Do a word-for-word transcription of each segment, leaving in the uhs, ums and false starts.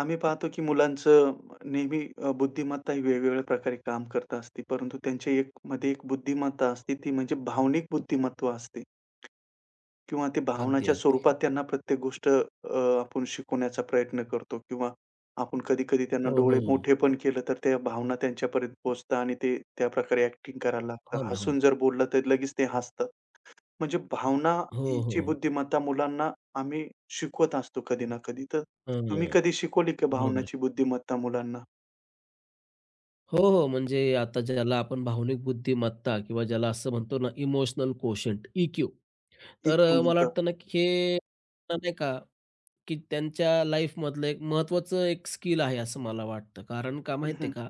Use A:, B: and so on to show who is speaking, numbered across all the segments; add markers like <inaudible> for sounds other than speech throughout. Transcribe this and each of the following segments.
A: आम्ही पाहतो की मुलांचं नेहमी अ, बुद्धिमत्ता ही वेगवेगळ्या प्रकारे काम करत असते. परंतु त्यांच्या एक मध्ये एक बुद्धिमत्ता असते ती म्हणजे भावनिक बुद्धिमत्व असते किंवा ते
B: अगदी,
A: भावनाच्या
B: अगदी.
A: स्वरूपात त्यांना प्रत्येक गोष्ट अ, आपण शिकवण्याचा प्रयत्न करतो किंवा आपण कधी-कधी त्यांना
B: हो,
A: डोळे
B: हो, हो.
A: मोठे पण केलं, तर त्या भावना त्यांच्यापर्यंत पोहोचतात आणि ते त्या प्रकारे ॲक्टिंग करायला लागतात.
B: हो ना, हो ना.
A: हसून जर बोललं, तर लगेच ते हसतात. म्हणजे
B: हो, हो.
A: भावनाची
B: हो.
A: बुद्धिमत्ता मुलांना आम्ही शिकवत असतो कधी ना कधी. तर
B: हं,
A: तुम्ही कधी शिकवली का
B: बरोबर आहे.
A: भावनाची बुद्धिमत्ता मुलांना?
B: हो, हो. म्हणजे आता ज्याला आपण भावनिक बुद्धिमत्ता किंवा ज्याला असं म्हणतो ना इमोशनल कोशंट, ई तर
A: इक्यू
B: अ, मला
A: म्हणतात.
B: वाटतं ना, की हे नाही का, की त्यांच्या लाईफमधलं एक महत्त्वाचं एक स्किल आहे असं मला वाटतं. कारण का
A: हं,
B: माहिती आहे
A: हं.
B: का,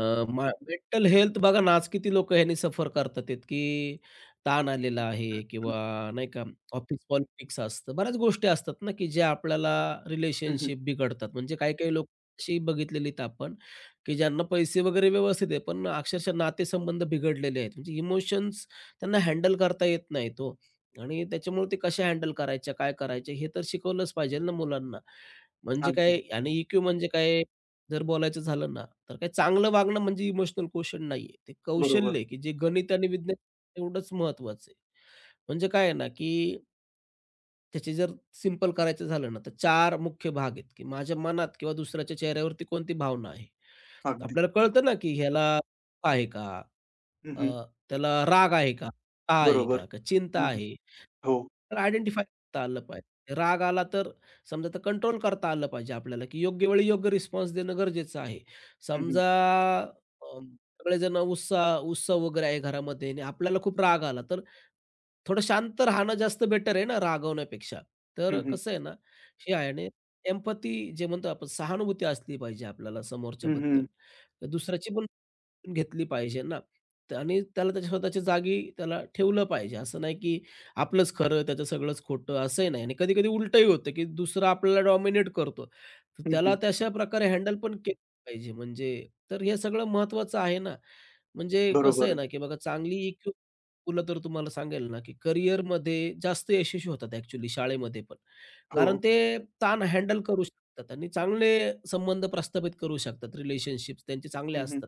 B: मेंटल हेल्थ बघा ना, आज किती लोकं ह्यानी सफर करतात आहेत, की ताण आलेला आहे किंवा नाही का ऑफिस पॉलिटिक्स असतं. बऱ्याच गोष्टी असतात ना, की ज्या आपल्याला
A: हं, हं.
B: रिलेशनशिप बिघडतात. म्हणजे काही-काही लोक अशी बघितलेलीत आपण, की ज्यांना पैसे वगैरे व्यवस्थित आहे, पण अक्षरशः नातेसंबंध बिघडलेले आहेत. म्हणजे इमोशन्स त्यांना हँडल करता येत नाहीत आणि त्याच्यामुळे ते कशा हँडल करायच्या, काय करायच्या हे तर शिकवलंच पाहिजे ना मुलांना. म्हणजे
A: अगदी.
B: काय आणि ई म्हणजे काय जर बोलायचं झालं ना, तर काय चांगलं वागणं म्हणजे इमोशनल क्वोशंट नाहीये. ते
A: बरोबर.
B: कौशल्य आहे, की जे गणित आणि विज्ञान एवढंच महत्त्वाचं आहे. म्हणजे काय आहे ना, की त्याचे जर सिंपल करायचं झालं ना, तर चार मुख्य भाग आहेत, की माझ्या मनात किंवा दुसऱ्याच्या चेहऱ्यावरती कोणती भावना आहे.
A: अगदी.
B: आपल्याला कळतं ना, की ह्याला आहे का?
A: हं,
B: अ,
A: हं.
B: त्याला राग आहे का? का आहे
A: बरोबर.
B: का? का चिंता
A: हं, हं.
B: आहे?
A: हो.
B: तर आयडेंटिफाय करता आलं पाहिजे. राग आला तर समजा तर कंट्रोल करता आलं पाहिजे आपल्याला, की योग्य वेळी योग्य रिस्पॉन्स देणं गरजेचं आहे.
A: हं, हं.
B: समजा अ, सगळेजण उत्साह उत्सव वगैरे आहे घरामध्ये आणि आपल्याला खूप राग आला, तर थोडं शांत राहणं जास्त बेटर आहे ना रागवण्यापेक्षा.
A: हं,
B: तर
A: हं.
B: कसं आहे ना, हे आहे आणि एम्पथी जे म्हणतो आपण सहानुभूती असली पाहिजे आपल्याला
A: हं,
B: समोरच्याबद्दल.
A: हं.
B: तर दुसऱ्याची पण घेतली पाहिजे ना. तर आणि त्याला त्याच्या स्वतःच्या जागी त्याला ठेवलं पाहिजे. असं नाही की आपलंच खरं, त्याचं सगळंच खोटं असंही नाही आणि कधी-कधी उलटंही होतं, की दुसरा आपल्याला डॉमिनेट करतो. तर
A: हं,
B: त्याला
A: हं.
B: तशा प्रकारे हँडल पण केलं पाहिजे म्हणजे तर हे सगळं महत्त्वाचं आहे ना. म्हणजे कसं
A: बरोबर
B: आहे
A: आहे.
B: ना, की बघा चांगली इक्यू तुला तर तुम्हाला सांगेल ना, की करिअरमध्ये जास्त यशस्वी होतात ॲक्चुअली शाळेमध्ये पण. कारण
A: हो.
B: ते ताण हँडल करू शकतात आणि चांगले संबंध प्रस्थापित करू शकतात. रिलेशनशिप्स त्यांचे चांगले
A: हं, हं.
B: असतात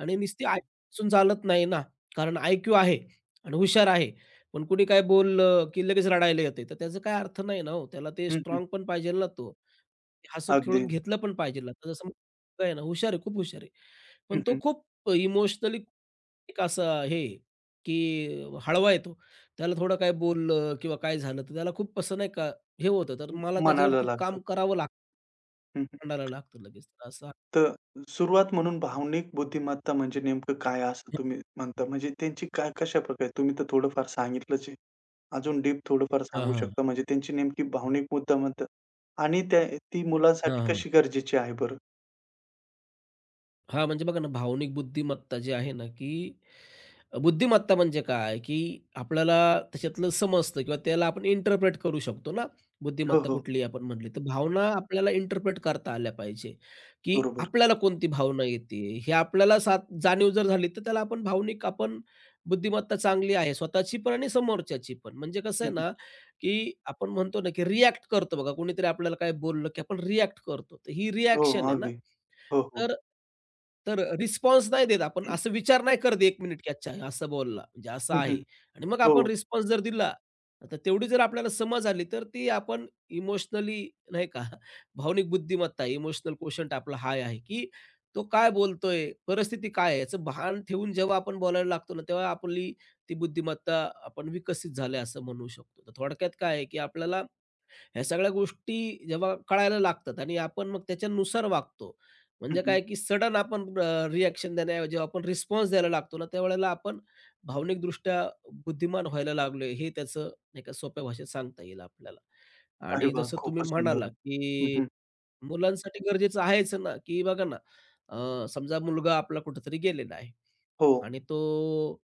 B: आणि नुसती आय चालत नाही ना, कारण आयक्यू आहे आणि हुशार आहे. पण कुणी काय बोललं, की लगेच रडायला येतंय. तर त्याचा काय अर्थ नाही ना हो. त्याला ते
A: हं, हं.
B: स्ट्राँग पण पाहिजेल ना तो. हसत
A: अगदी.
B: खेळून घेतलं पण पाहिजेल. आता जसं मुलगा आहे ना, हुशार आहे, खूप हुशार आहे. पण
A: हं,
B: तो
A: हं.
B: खूप इमोशनली एक असा हे की हळवा आहे त्याला थोडं काय बोललं किंवा काय झालं, तर त्याला खूप असं नाही का हे होतं. तर मला
A: मनाला
B: त्याच्यावरती
A: लागतं.
B: काम करावं लागतं,
A: हं, हं.
B: म्हणायला लागतं लगेच. असं
A: तर सुरुवात म्हणून भावनिक बुद्धिमत्ता म्हणजे नेमकं काय असं तुम्ही म्हणता? म्हणजे त्यांची काय कशाप्रकारे? तुम्ही तर थोडंफार सांगितलंच आहे. अजून डीप थोडंफार
B: हां,
A: सांगू
B: हां.
A: शकता? म्हणजे त्यांची नेमकी भावनिक मुद्दामत्ता आणि त्या ती मुलांसाठी
B: हां,
A: कशी गरजेची आहे बरं?
B: हां, म्हणजे बघा ना, भावनिक बुद्धिमत्ता जी आहे ना, की बुद्धिमत्ता म्हणजे काय, की आपल्याला त्याच्यातलं समजतं किंवा त्याला आपण इंटरप्रेट करू शकतो ना,
A: हो,
B: बुद्धिमत्ता
A: हो.
B: कुठली आपण म्हटली. तर भावना आपल्याला इंटरप्रेट करता आल्या पाहिजे, की
A: बरोबर.
B: आपल्याला कोणती भावना येते, हे आपल्याला सात जाणीव जर झाली, तर त्याला आपण भावनिक आपण बुद्धिमत्ता चांगली आहे, स्वतःची पण आणि समोरच्याची पण. म्हणजे कसं
A: हं,
B: आहे
A: हं.
B: ना, की आपण म्हणतो ना, की रिॲक्ट करतो बघा, कोणीतरी आपल्याला काय बोललं, की आपण रिॲक्ट करतो. तर ही
A: हो,
B: रिॲक्शन आहे ना.
A: अगदी. हो, हो.
B: तर तर रिस्पॉन्स नाही देत आपण, असं विचार नाही करत एक मिनिट की अच्छा हा असं बोलला, म्हणजे असं
A: हं,
B: आहे
A: हं.
B: आणि मग
A: हो.
B: आपण रिस्पॉन्स जर दिला, तर तेवढी जर आपल्याला समज आली, तर ती आपण इमोशनली नाही का <laughs> भावनिक बुद्धिमत्ता, इमोशनल क्वोशंट आपला हाय आहे, की तो काय बोलतोय, परिस्थिती काय आहे, याचं भान ठेवून जेव्हा आपण बोलायला लागतो ना, तेव्हा आपली ती बुद्धिमत्ता आपण विकसित झाली असं म्हणू शकतो. तर थोडक्यात काय आहे, की आपल्याला ह्या सगळ्या गोष्टी जेव्हा कळायला लागतात आणि आपण मग त्याच्यानुसार वागतो.
A: हं,
B: म्हणजे
A: हं.
B: काय की सडन आपण अ, रिएक्शन देण्याऐवजी आपण रिस्पॉन्स द्यायला लागतो ना, त्यावेळेला आपण भावनिकदृष्ट्या बुद्धिमान व्हायला लागलोय, हे त्याचं नाही का सोप्या भाषेत सांगता येईल आपल्याला.
A: अरे
B: आणि
A: वाह!
B: जसं तुम्ही
A: खूपच सुंदर.
B: म्हणालात,
A: हं,
B: की
A: हं.
B: मुलांसाठी गरजेचं आहेच ना, की बघा ना, अ, समजा मुलगा आपला कुठेतरी गेलेला आहे.
A: हो,
B: आणि तो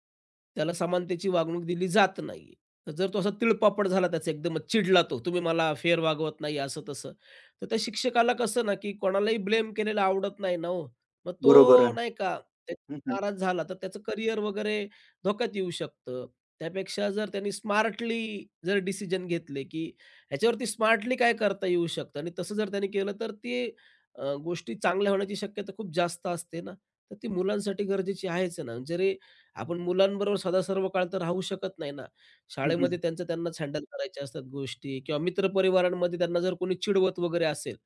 B: त्याला समानतेची वागणूक दिली जात नाहीये. तर जर तो असा तिळपापड झाला त्याचा एकदमच चिडला तो, तुम्ही मला फेर वागवत नाही असं तसं. तर त्या शिक्षकाला कसं ना, की कोणालाही ब्लेम केलेलं आवडत नाही ना हो. मग
A: बरोबर
B: तो
A: आहे.
B: नाही का
A: हं, हं.
B: त्याच्यात नाराज झाला तर त्याचं करियर वगैरे धोक्यात येऊ शकतं. त्यापेक्षा जर त्यांनी स्मार्टली जर डिसिजन घेतले, की ह्याच्यावरती स्मार्टली काय करता येऊ शकतं आणि तसं जर त्यांनी केलं तर ते अ, गोष्टी चांगल्या होण्याची शक्यता खूप जास्त असते ना. तर ती मुलांसाठी गरजेची आहेच ना. जरी आपण मुलांबरोबर सदा सर्व काळ तर राहू शकत नाही ना.
A: हं, हं.
B: शाळेमध्ये त्यांचं त्यांनाच हँडल करायच्या असतात गोष्टी किंवा मित्रपरिवारांमध्ये त्यांना जर कोणी चिडवत वगैरे असेल,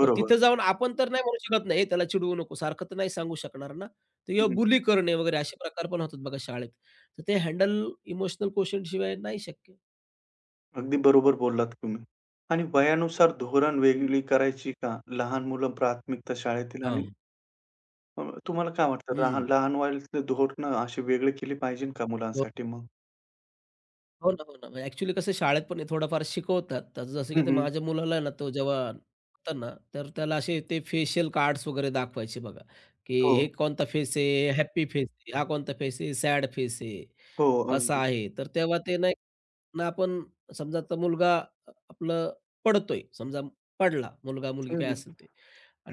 B: तर तिथं जाऊन आपण तर नाही म्हणू शकत नाही, "ए त्याला चिडवू नको." सारखं तर नाही सांगू शकणार ना. तर
A: हं,
B: किंवा
A: हं.
B: बुली करणे वगैरे असे प्रकार पण होतात बघा शाळेत. तर ते हँडल इमोशनल कोशंट शिवाय नाही शक्य.
A: अगदी बरोबर बोललात तुम्ही. आणि वयानुसार धोरण
B: हं.
A: वेगळी करायची का? लहान मुलं प्राथमिकता शाळेतील
B: हां.
A: आणि अ, तुम्हाला काय वाटतं लहान
B: हं.
A: लहान वयातले धोरणं असे वेगळे केले पाहिजे का मुलांसाठी मग?
B: हो ना, हो ना. म्हणजे ॲक्चुअली कसं शाळेत पण हे थोडंफार शिकवतात. तर जसं की
A: हं,
B: ते
A: हं.
B: माझ्या मुलाला आहे ना, तो जेव्हा होता ना, तर त्याला असे ते फेशियल कार्ड्स वगैरे दाखवायचे बघा, की
A: हो,
B: हे कोणता फेस आहे, हॅपी फेस आहे, हा कोणता फेस आहे, सॅड फेस आहे,
A: हो.
B: कसा
A: अगदी.
B: आहे. तर तेव्हा ते नाही ना, आपण समजा तो मुलगा अ, आपलं पडतोय, समजा पडला, मुलगा-मुलगी
A: हं,
B: काय
A: हं.
B: असेल ते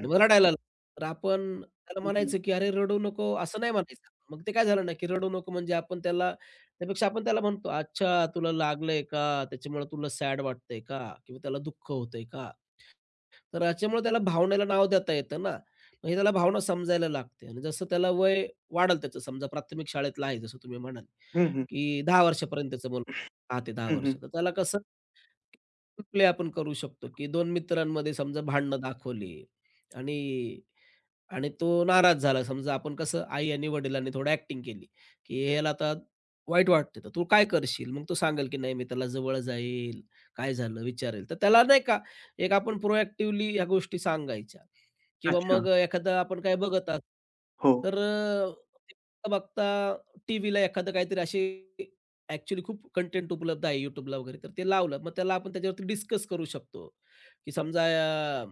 A: हं,
B: मग
A: हं.
B: रडायला लागला. तर आपण त्याला
A: हं, हं.
B: म्हणायचं, की "अरे रडू नको," असं नाही म्हणायचं. मग ते काय झालं ना, की रडू नको म्हणजे आपण त्याला त्यापेक्षा आपण त्याला म्हणतो, "अच्छा तुला लागलंय का? त्याच्यामुळे तुला सॅड वाटतंय का? किंवा त्याला दुःख होतंय का?" तर याच्यामुळे त्याला भावनेला नाव देता येतं ना. म्हणजे त्याला भावना समजायला लागते आणि जसं त्याला वय वाढेल त्याचं समजा प्राथमिक शाळेतला आहे जसं तुम्ही म्हणाले,
A: हं, हं.
B: की दहा वर्षापर्यंतचं मूल आठ ते दहा वर्ष. तर त्याला कसं प्ले आपण करू शकतो, की दोन मित्रांमध्ये समजा भांडणं दाखवली आणि आणि तो नाराज झाला. समजा आपण कसं आई आणि वडिलांनी थोडं ॲक्टिंग केली, की ह्याला आता वाईट वाटतंय, तर तू काय करशील? मग तो सांगेल, की नाही मी त्याला जवळ जाईल, काय झालं विचारेल. तर त्याला नाही का एक आपण प्रोएक्टिव्हली ह्या गोष्टी सांगायच्या किंवा
A: अच्छा.
B: मग एखादं आपण काय बघत असू
A: हो.
B: तर अ, बघता टीव्हीला एखादं काहीतरी अशी ॲक्चुअली खूप कंटेंट उपलब्ध आहे YouTubeला वगैरे, तर ते लावलं. मग त्याला आपण त्याच्यावरती डिस्कस करू शकतो, की समजा अ,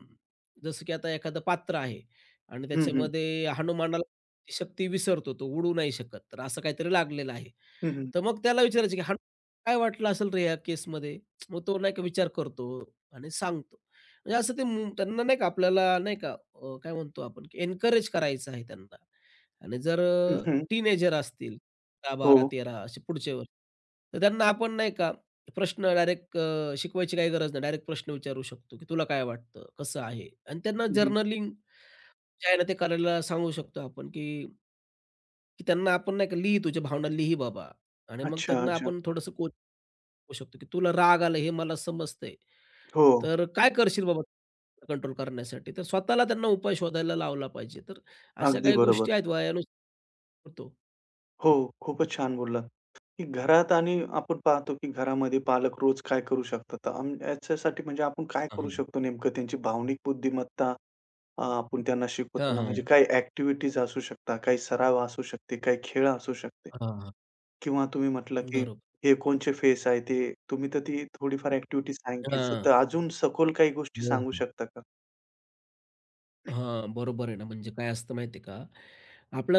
B: जसं की आता एखादं पात्र आहे आणि
A: हं, हं.
B: त्याच्यामध्ये हनुमानाला ती शक्ती विसरतो, तो उडू नाही शकत. तर असं काहीतरी लागलेलं आहे.
A: हं, हं.
B: तर मग त्याला विचारायचं, की "हनुमानाला काय वाटलं असेल रे या केसमध्ये?" मग तो नाही का विचार करतो आणि सांगतो. म्हणजे असं ते म त्यांना नाही का आपल्याला नाही का अ, काय म्हणतो आपण, की एन्करेज करायचं आहे त्यांना आणि जर
A: हं, हं.
B: टीनेजर असतील दहा,
A: हो.
B: बारा, तेरा असे पुढचे वर्ष. तर त्यांना आपण नाही का प्रश्न डायरेक्ट अ, शिकवायची काही गरज नाही. डायरेक्ट प्रश्न विचारू शकतो, की "तुला काय वाटतं? कसं आहे?" आणि त्यांना
A: हं, हं.
B: जर्नलिंग जे आहे ना ते करायला सांगू शकतो आपण, की की त्यांना आपण नाही का लिही तुझ्या भावना लिही बाबा आणि मग
A: अच्छा,
B: त्यांना
A: अच्छा.
B: आपण थोडंसं कोच करू शकतो, की तुला राग आला हे मला समजतंय.
A: हो.
B: तर काय करशील बाबा कंट्रोल करण्यासाठी? तर स्वतःला त्यांना उपाय शोधायला लावला पाहिजे. तर अशा
A: अगदी
B: काही
A: बरोबर.
B: गोष्टी आहेत वयानुसार होतो.
A: हो. खूपच छान बोललात, की घरात आणि आपण पाहतो, की घरामध्ये पालक रोज काय करू शकतात. अं, याच्यासाठी म्हणजे आपण काय
B: हां,
A: करू
B: हां.
A: शकतो नेमकं त्यांची भावनिक बुद्धिमत्ता अ, आपण त्यांना
B: हां,
A: शिकवताना
B: हां.
A: म्हणजे काही ॲक्टिव्हिटीज असू शकतात, काही सराव असू शकते, काही खेळ असू शकतात.
B: हां.
A: किंवा तुम्ही म्हटलं, की
B: बरोबर.
A: हे कोणचे फेस आहे ते तुम्ही तर ती थोडीफार ॲक्टिव्हिटी सांगितलीच.
B: हां.
A: तर अजून सखोल काही गोष्टी
B: हो,
A: सांगू
B: हो.
A: शकता का?
B: हां, बरोबर आहे ना. म्हणजे काय असतं माहिती आहे का,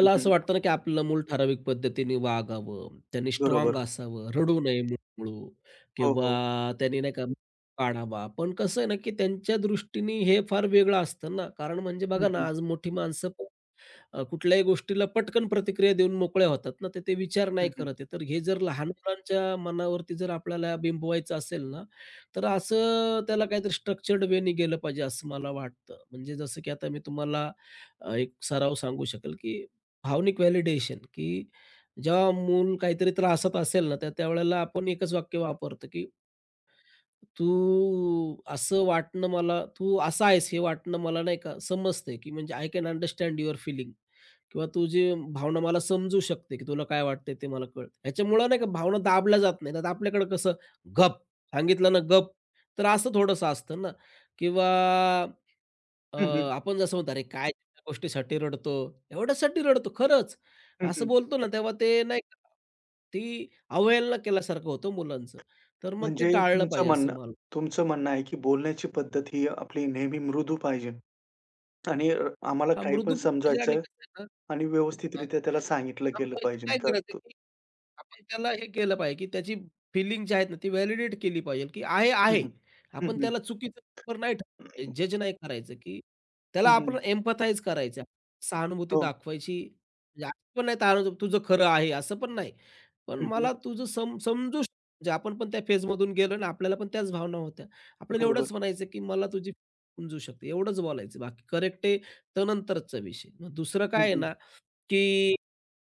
A: हं, हं.
B: असं वाटतं ना, की आपलं मूल ठराविक पद्धतीने वागावं, त्यांनी स्ट्राँग
A: बरोबर.
B: असावं, रडू नये मूळमुळू
A: हो,
B: किंवा
A: हो.
B: त्यांनी नाही का काढावा. पण कसं आहे ना, की त्यांच्या दृष्टीने हे फार वेगळं असतं ना. कारण म्हणजे
A: हं,
B: बघा ना,
A: हं.
B: आज मोठी माणसं अ, कुठल्याही गोष्टीला पटकन प्रतिक्रिया देऊन मोकळ्या होतात ना, तर ते विचार नाही
A: हं, हं.
B: करत आहे. तर हे जर लहान मुलांच्या मनावरती जर आपल्याला बिंबवायचं असेल ना, तर असं त्याला काहीतरी स्ट्रक्चर्ड वेनी गेलं पाहिजे असं मला वाटतं. म्हणजे जसं की आता मी तुम्हाला अ, एक सराव सांगू शकेल, की भावनिक व्हॅलिडेशन, की जेव्हा मूल काहीतरी त्रासात असेल ना, तर त्यावेळेला आपण एकच वाक्य वापरतो, की तू असं वाटणं मला तू असा आहेस हे वाटणं मला नाही का समजतंय, की म्हणजे I can understand your feeling किंवा तुझी भावना मला समजू शकते, की तुला काय वाटतंय ते मला कळतं. ह्याच्यामुळं नाही का भावना दाबल्या जात नाहीत. आता आपल्याकडं कसं गप सांगितलं ना गप, तर असं थोडंसं असतं ना किंवा अ,
A: हं, हं.
B: आपण जसं म्हणतो, "अरे काय त्या गोष्टीसाठी रडतो? एवढ्यासाठी रडतो." खरंच
A: हं,
B: असं
A: हं.
B: बोलतो ना तेव्हा ते नाही का ती अवहेलना केल्यासारखं होतं मुलांचं. तर मग ते
A: म्हणजे
B: टाळलं
A: तुमचं
B: पाहिजे असं
A: म्हणणं
B: मला
A: तुमचं म्हणणं आहे, की बोलण्याची पद्धत ही आपली नेहमी मृदू पाहिजे आणि अ, आम्हाला
B: हां,
A: काही पण
B: मृदू भाजीला
A: समजायचं
B: कसं आहे ना
A: आणि
B: हां.
A: व्यवस्थितरित्या त्याला सांगितलं गेलं
B: त्यामुळे
A: पाहिजे
B: काय
A: का
B: करायचं
A: तो
B: की आपण त्याला हे केलं पाहिजे, की त्याची फीलिंग जी आहेत ना, ती व्हॅलिडेट केली पाहिजे, की आहे,
A: हं,
B: आहे.
A: हं. हं,
B: आपण
A: हं.
B: त्याला चुकीचं बरोबर नाही ठरवायचं, जज नाही करायचं, की त्याला आपण एम्पथाइज करायचं. सहानुभूती
A: हो.
B: दाखवायची म्हणजे असं पण नाही सहानुभूती तुझं खरं आहे, असं पण नाही. पण
A: हं,
B: मला तुझं सम समजू शकतो म्हणजे आपण पण त्या फेजमधून गेलो ना, आपल्याला पण त्याच भावना होत्या. आपल्याला
A: बरोबर.
B: एवढंच म्हणायचं, की मला तुझी समजू शकते. एवढंच बोलायचं. बाकी करेक्ट तो नंतरचा विषय. मग दुसरं
A: हं,
B: काय आहे
A: हं.
B: ना, की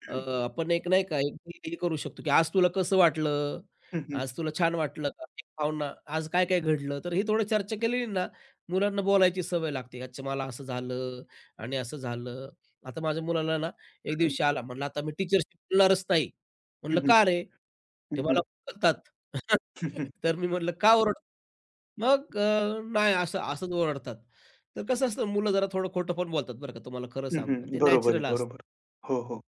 B: अ, आपण एक नाही का, एक हे करू शकतो, की आज तुला कसं वाटलं?
A: हं, हं.
B: आज तुला छान वाटलं का? एक भावना, आज काय-काय घडलं? तर ही थोडी चर्चा केलेली ना, मुलांना बोलायची सवय लागते. अच्छा मला असं झालं आणि असं झालं. आता माझ्या मुलाला ना, एक दिवशी आला म्हणला, "आता मी टीचरशी बोलणारच नाही."
A: हं,
B: म्हणलं,
A: हं.
B: "का रे?" ते मला ओरडतात. <laughs> तर मी म्हणलं, "का ओरडतात?" मग अ, "नाही असं असंच ओरडतात." तर कसं असतं मुलं जरा थोडं खोटं पण बोलतात बरं का, तुम्हाला खरं
A: हं,
B: सांगतो.
A: हं.
B: ते
A: बरोबर आहे,
B: नॅचरल असतं.
A: बरोबर. हो, हो.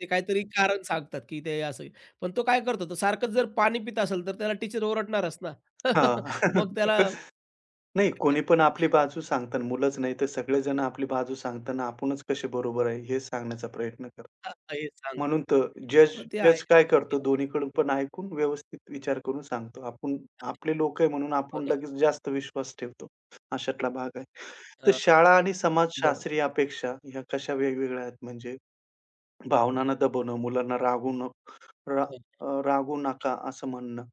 B: ते काहीतरी कारण सांगतात, की ते असं. पण तो काय करतो, तो सारखंच जर पाणी पीत असेल, तर त्याला टीचर ओरडणारच ना.
A: हां.
B: <laughs> मग त्याला
A: <laughs> नाही कोणी पण आपली बाजू सांगतात. मुलंच नाही तर सगळेजण आपली बाजू सांगताना आपणच कसे बरोबर आहे हे सांगण्याचा प्रयत्न करतो.
B: हां, हे सांग.
A: म्हणून तर जज
B: मग ते आहे.
A: जज काय करतो दोन्हीकडून पण ऐकून व्यवस्थित विचार करून सांगतो. आपण आपले लोक आहे म्हणून
B: हो
A: आपण
B: ना.
A: लगेच जास्त विश्वास ठेवतो. अशातला भाग आहे. तर
B: हां,
A: शाळा आणि
B: बरोबर.
A: समाजशास्त्रीय अपेक्षा ह्या कशा वेगवेगळ्या आहेत म्हणजे भावनांना दबवणं, मुलांना रागवू न रा
B: हं,
A: अ, रागवू नका असं म्हणणं.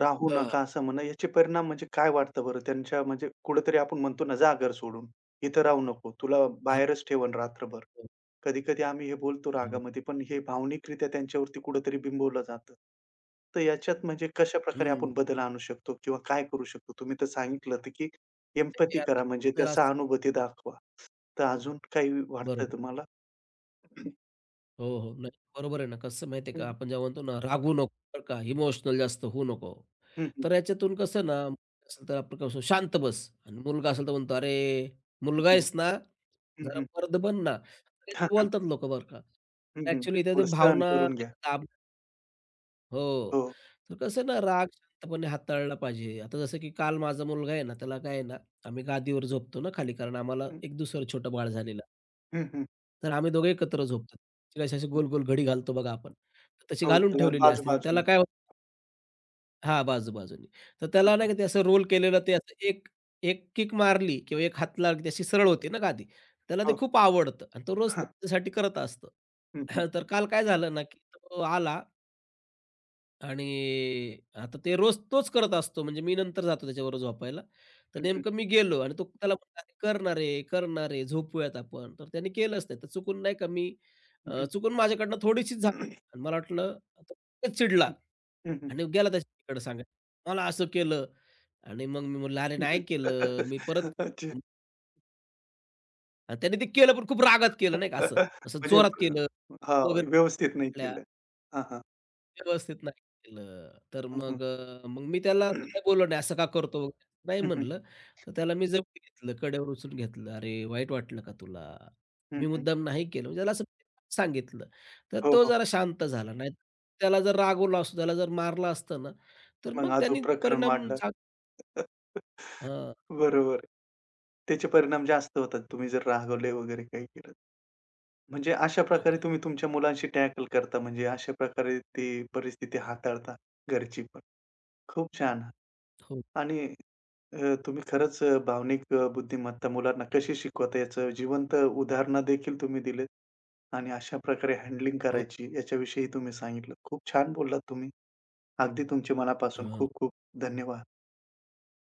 A: राहू नका
B: हां.
A: असं म्हणणं याचे परिणाम म्हणजे काय वाटतं बरं? त्यांच्या म्हणजे कुठेतरी आपण म्हणतो ना, "जा घर सोडून, इथं राहू नको. तुला
B: हां,
A: बाहेरच ठेवेन रात्रभर."
B: हो,
A: कधी-कधी आम्ही हे बोलतो
B: हो.
A: रागामध्ये, पण हे भावनिकरित्या त्यांच्यावरती कुठेतरी बिंबवलं जातं. तर याच्यात म्हणजे कशाप्रकारे
B: हं.
A: आपण बदल आणू शकतो किंवा काय करू शकतो? तुम्ही तर सांगितलत, की एम्पॅथी
B: म्हणजे
A: करा
B: आता
A: म्हणजे त्या
B: जरा असं
A: सहानुभूती दाखवा. तर अजून काही वाटतंय
B: बरोबर.
A: तुम्हाला?
B: हो, हो. नाही, बरोबर आहे ना. कसं माहिती
A: हं,
B: का,
A: हं.
B: आपण जेव्हा म्हणतो ना, रागवू नको बरं का, इमोशनल जास्त होऊ नको.
A: हं,
B: तर याच्यातून कसं ना, मुलगा असेल तर आपण कसं शांत बस आणि मुलगा असेल तर म्हणतो, "अरे, मुलगा आहेस ना,
A: हं,
B: जरा
A: हं. <laughs>
B: मर्द बन ना."
A: हां,
B: काहीतरी
A: हां.
B: बोलतात लोकं बरं का.
A: हं, हं.
B: ॲक्च्युअली इथे ते
A: थोडं सहन
B: भावना
A: करून
B: नाही
A: घ्या.
B: का दाब हो.
A: हो.
B: तर कसं ना, राग शांतपणे हाताळला पाहिजे. आता जसं की काल माझा मुलगा आहे ना, त्याला काय आहे ना, आम्ही गादीवर झोपतो ना खाली, कारण आम्हाला
A: हं,
B: एक दुसरं छोटं बाळ झालेलं
A: हं, हं,
B: तर आम्ही दोघे एकत्र झोपतो. तिला अशी-अशी
A: हं.
B: गोल-गोल घडी घालतो बघा आपण. तर तशी
A: हो,
B: घालून
A: त्याला
B: ठेवलेली असते आणि त्याला
A: बाजू-बाजूने.
B: काय होतं हां, बाजू-बाजूनी. तर
A: हां,
B: त्याला
A: हां.
B: नाही का ते असं रोल केलेलं ते असं एक एक किक मारली किंवा एक हात लागली की अशी सरळ होते ना गादी. त्याला ते
A: हो.
B: खूप आवडतं आणि तो रोज तो
A: <laughs>
B: त्याच्यासाठी करत असतो.
A: हं, हं.
B: <laughs> तर काल काय झालं ना, की तो आला आणि आता ते रोज तोच करत असतो. म्हणजे मी नंतर जातो त्याच्याबरोबर झोपायला. तर
A: हं, हं.
B: नेमकं मी गेलो आणि तो त्याला म्हणाला, "अरे करणार आहे, करणार आहे, झोपूयात आपण." तर त्याने केलंच नाही. तर चुकून नाही का मी
A: हं,
B: अ,
A: हं.
B: चुकून माझ्याकडनं थोडीशीच झाली आणि मला वाटलं आता तो चिडला आणि गेला त्याच्याकडे सांगायला. मला असं केलं आणि मग मी म्हटलं, "अरे
A: हं, हं.
B: नाही केलं, मी परत"
A: अच्छा.
B: आणि त्याने ते केलं पण खूप रागात केलं नाही का असं, असं
A: म्हणजे
B: जोरात केलं.
A: हां,
B: वगैरे
A: व्यवस्थित नाही केलं. हां, हां.
B: व्यवस्थित नाही केलं. तर
A: हं, हं.
B: मग अ, मग मी त्याला असं काही बोललो नाही, "असं का करतो वगैरे?" नाही
A: हं, हं.
B: म्हणलं. तर त्याला मी जवळ घेतलं, कडेवर उचलून घेतलं. "अरे, वाईट वाटलं का तुला?
A: हं,
B: मी
A: हं.
B: मुद्दाम नाही केलं." म्हणजे त्याला असं सांगितलं. तर
A: हो,
B: तो
A: हो.
B: जरा शांत झाला. नाही त्याला जर रागवला असतो, त्याला जर मारलं असतं ना, तर
A: मग
B: मग
A: अजून
B: त्यांनी
A: प्रकरण
B: परिणाम
A: वाढलं.
B: चांग
A: <laughs>
B: हां,
A: बरोबर आहे. त्याचे परिणाम जास्त होतात तुम्ही जर रागावले वगैरे काही केलं तर. म्हणजे अशा प्रकारे
B: बरोबर आहे.
A: तुम्ही तुमच्या मुलांशी टॅकल करता, म्हणजे अशा प्रकारे ती परिस्थिती हाताळता घरची पण. खूप छान
B: हो,
A: आणि अ, तुम्ही खरंच अ, भावनिक अ, बुद्धिमत्ता मुलांना कशी शिकवता याचं जिवंत उदाहरणं देखील तुम्ही दिलेत आणि अशा प्रकारे हँडलिंग
B: हो.
A: करायची याच्याविषयी तुम्ही सांगितलं. खूप छान बोललात तुम्ही. अगदी तुमच्या मनापासून
B: हां.
A: खूप खूप धन्यवाद.